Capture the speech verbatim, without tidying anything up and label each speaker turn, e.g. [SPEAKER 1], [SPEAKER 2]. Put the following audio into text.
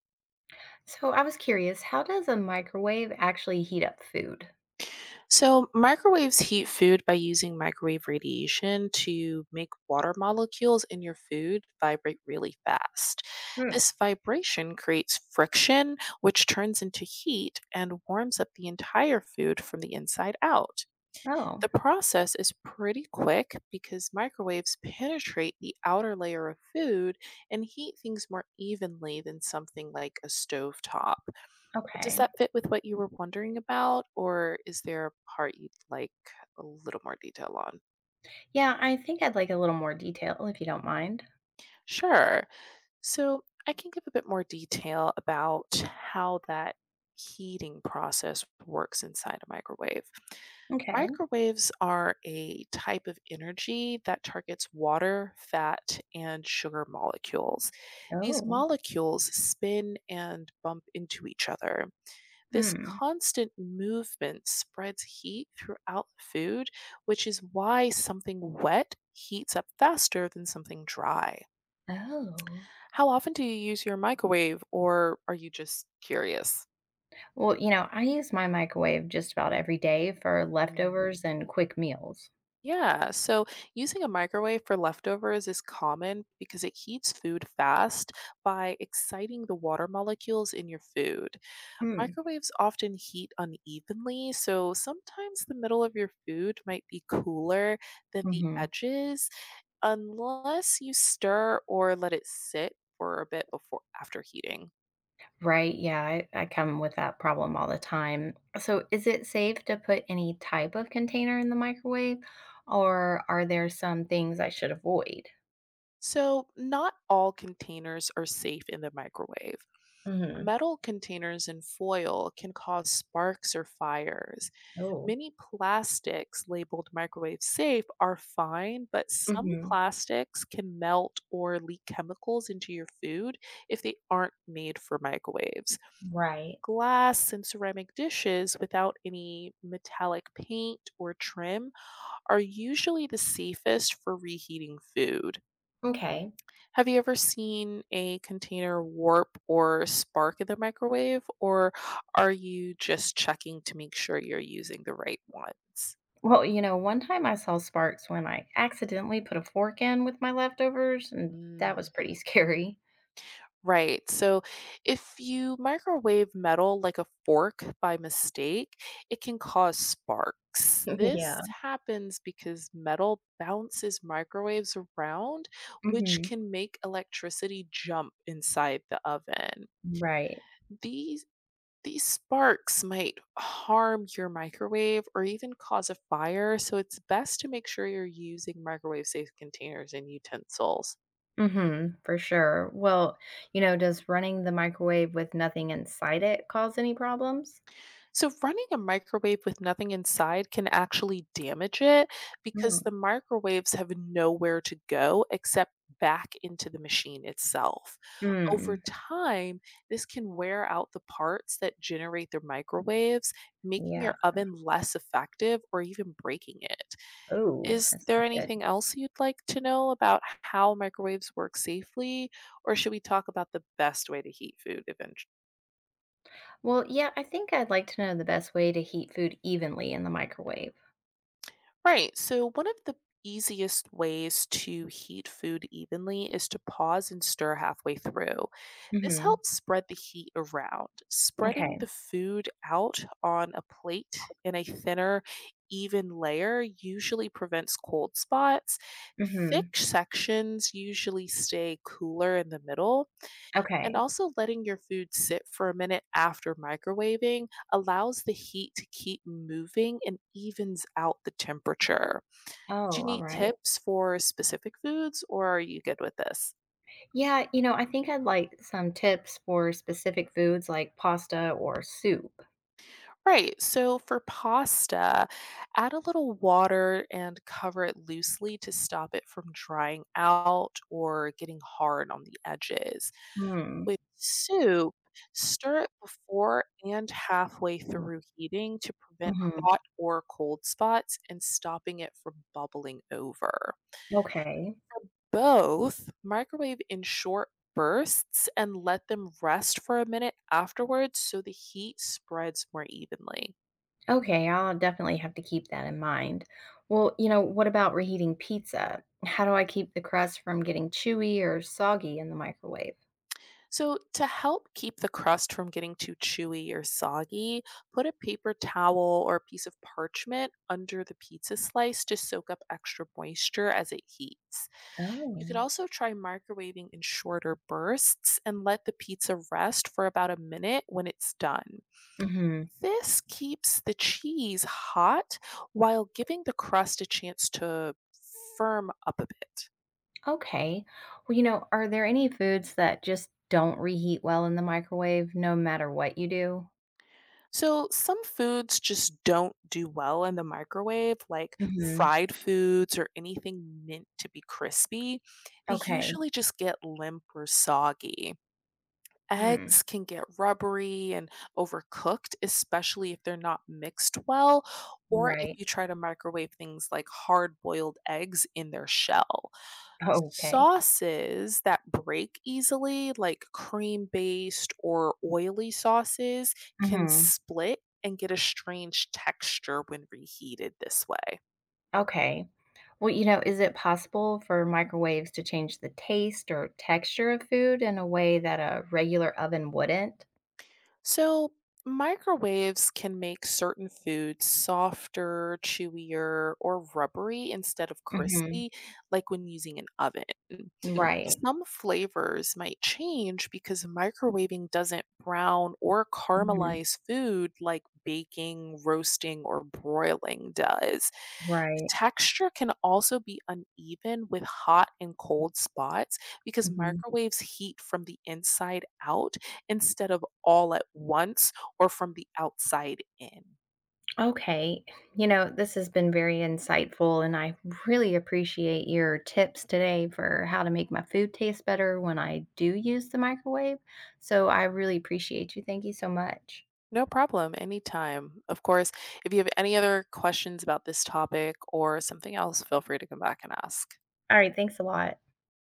[SPEAKER 1] So I was curious, how does a microwave actually heat up food?
[SPEAKER 2] So, microwaves heat food by using microwave radiation to make water molecules in your food vibrate really fast.
[SPEAKER 1] Hmm.
[SPEAKER 2] This vibration creates friction, which turns into heat and warms up the entire food from the inside out.
[SPEAKER 1] Oh,
[SPEAKER 2] The process is pretty quick because microwaves penetrate the outer layer of food and heat things more evenly than something like a stovetop. Does
[SPEAKER 1] okay.
[SPEAKER 2] that fit with what you were wondering about, or is there a part you'd like a little more detail on?
[SPEAKER 1] Yeah, I think I'd like a little more detail if you don't mind.
[SPEAKER 2] Sure. So I can give a bit more detail about how that heating process works inside a microwave.
[SPEAKER 1] Okay.
[SPEAKER 2] Microwaves are a type of energy that targets water, fat, and sugar molecules. These
[SPEAKER 1] Oh.
[SPEAKER 2] molecules spin and bump into each other. This
[SPEAKER 1] Hmm.
[SPEAKER 2] constant movement spreads heat throughout the food, which is why something wet heats up faster than something dry.
[SPEAKER 1] Oh.
[SPEAKER 2] How often do you use your microwave, or are you just curious?
[SPEAKER 1] Well, you know, I use my microwave just about every day for
[SPEAKER 2] Mm.
[SPEAKER 1] leftovers and quick meals.
[SPEAKER 2] Yeah, so using a microwave for leftovers is common because it heats food fast by exciting the water molecules in your food.
[SPEAKER 1] Mm.
[SPEAKER 2] Microwaves often heat unevenly, so sometimes the middle of your food might be cooler than the
[SPEAKER 1] Hmm.
[SPEAKER 2] edges unless you stir or let it sit for a bit before after heating.
[SPEAKER 1] Right. Yeah, I, I come with that problem all the time. So is it safe to put any type of container in the microwave, or are there some things I should avoid?
[SPEAKER 2] So, not all containers are safe in the microwave.
[SPEAKER 1] Hmm.
[SPEAKER 2] Metal containers and foil can cause sparks or fires.
[SPEAKER 1] Oh.
[SPEAKER 2] Many plastics labeled microwave safe are fine, but some
[SPEAKER 1] Mhm.
[SPEAKER 2] plastics can melt or leak chemicals into your food if they aren't made for microwaves.
[SPEAKER 1] Right.
[SPEAKER 2] Glass and ceramic dishes without any metallic paint or trim are usually the safest for reheating food.
[SPEAKER 1] Okay.
[SPEAKER 2] Have you ever seen a container warp or spark in the microwave, or are you just checking to make sure you're using the right ones?
[SPEAKER 1] Well, you know, one time I saw sparks when I accidentally put a fork in with my leftovers, and that was
[SPEAKER 2] Mm.
[SPEAKER 1] pretty scary.
[SPEAKER 2] Right. So if you microwave metal like a fork by mistake, it can cause sparks. This
[SPEAKER 1] Yeah.
[SPEAKER 2] happens because metal bounces microwaves around, which
[SPEAKER 1] Mhm.
[SPEAKER 2] can make electricity jump inside the oven.
[SPEAKER 1] Right.
[SPEAKER 2] These these sparks might harm your microwave or even cause a fire, so it's best to make sure you're using microwave safe containers and utensils.
[SPEAKER 1] Mhm. For sure. Well, you know, does running the microwave with nothing inside it cause any problems?
[SPEAKER 2] So, running a microwave with nothing inside can actually damage it because
[SPEAKER 1] Mm.
[SPEAKER 2] the microwaves have nowhere to go except back into the machine itself. Over
[SPEAKER 1] Mm.
[SPEAKER 2] time, this can wear out the parts that generate the microwaves, making your
[SPEAKER 1] Yeah.
[SPEAKER 2] oven less effective or even breaking it.
[SPEAKER 1] Oh,
[SPEAKER 2] Is
[SPEAKER 1] that's not
[SPEAKER 2] there
[SPEAKER 1] good.
[SPEAKER 2] anything else you'd like to know about how microwaves work safely, or should we talk about the best way to heat food eventually?
[SPEAKER 1] Well, yeah, I think I'd like to know the best way to heat food evenly in the microwave.
[SPEAKER 2] Right. So, one of the easiest ways to heat food evenly is to pause and stir halfway through. This
[SPEAKER 1] Mhm.
[SPEAKER 2] helps spread the heat around. Spreading the
[SPEAKER 1] Okay.
[SPEAKER 2] food out on a plate in a thinner, even layer usually prevents cold spots.
[SPEAKER 1] Mhm.
[SPEAKER 2] Thick sections usually stay cooler in the middle. And
[SPEAKER 1] Okay.
[SPEAKER 2] also, letting your food sit for a minute after microwaving allows the heat to keep moving and evens out the temperature. Do you
[SPEAKER 1] Oh, all
[SPEAKER 2] need
[SPEAKER 1] right.
[SPEAKER 2] tips for specific foods or are you good with this?
[SPEAKER 1] Yeah, you know, I think I'd like some tips for specific foods like pasta or soup.
[SPEAKER 2] Right. So for pasta, add a little water and cover it loosely to stop it from drying out or getting hard on the edges.
[SPEAKER 1] Mm.
[SPEAKER 2] With soup, stir it before and halfway through heating to prevent
[SPEAKER 1] Hmm.
[SPEAKER 2] hot or cold spots and stopping it from bubbling over.
[SPEAKER 1] Okay.
[SPEAKER 2] Both, microwave in short bursts and let them rest for a minute afterwards so the heat spreads more evenly.
[SPEAKER 1] Okay, I'll definitely have to keep that in mind. Well, you know, what about reheating pizza? How do I keep the crust from getting chewy or soggy in the microwave?
[SPEAKER 2] So, to help keep the crust from getting too chewy or soggy, put a paper towel or a piece of parchment under the pizza slice to soak up extra moisture as it heats. You could
[SPEAKER 1] Oh.
[SPEAKER 2] also try microwaving in shorter bursts and let the pizza rest for about a minute when it's done.
[SPEAKER 1] Hmm.
[SPEAKER 2] This keeps the cheese hot while giving the crust a chance to firm up a bit.
[SPEAKER 1] Okay. Well, you know, are there any foods that just don't reheat well in the microwave no matter what you do?
[SPEAKER 2] So, some foods just don't do well in the microwave, like
[SPEAKER 1] Hmm.
[SPEAKER 2] fried foods or anything meant to be crispy. They
[SPEAKER 1] Okay.
[SPEAKER 2] usually just get limp or soggy.
[SPEAKER 1] Hmm.
[SPEAKER 2] Eggs can get rubbery and overcooked, especially if they're not mixed well, or if
[SPEAKER 1] Right.
[SPEAKER 2] you try to microwave things like hard boiled eggs in their shell.
[SPEAKER 1] Okay.
[SPEAKER 2] Sauces that break easily, like cream-based or oily sauces, can
[SPEAKER 1] Hmm.
[SPEAKER 2] split and get a strange texture when reheated this way.
[SPEAKER 1] Okay. Well, you know, is it possible for microwaves to change the taste or texture of food in a way that a regular oven wouldn't?
[SPEAKER 2] So, microwaves can make certain foods softer, chewier, or rubbery instead of
[SPEAKER 1] Mhm.
[SPEAKER 2] crispy, like when using an oven.
[SPEAKER 1] Right.
[SPEAKER 2] Some flavors might change because microwaving doesn't brown or
[SPEAKER 1] Mhm.
[SPEAKER 2] caramelize food like baking, roasting, or broiling does. The
[SPEAKER 1] Right.
[SPEAKER 2] texture can also be uneven with hot and cold spots because
[SPEAKER 1] Mhm.
[SPEAKER 2] microwaves heat from the inside out instead of all at once or from the outside in.
[SPEAKER 1] Okay. You know, this has been very insightful, and I really appreciate your tips today for how to make my food taste better when I do use the microwave. So I really appreciate you. Thank you so much.
[SPEAKER 2] No problem, anytime. Of course, if you have any other questions about this topic or something else, feel free to come back and ask.
[SPEAKER 1] All right. Thanks a lot.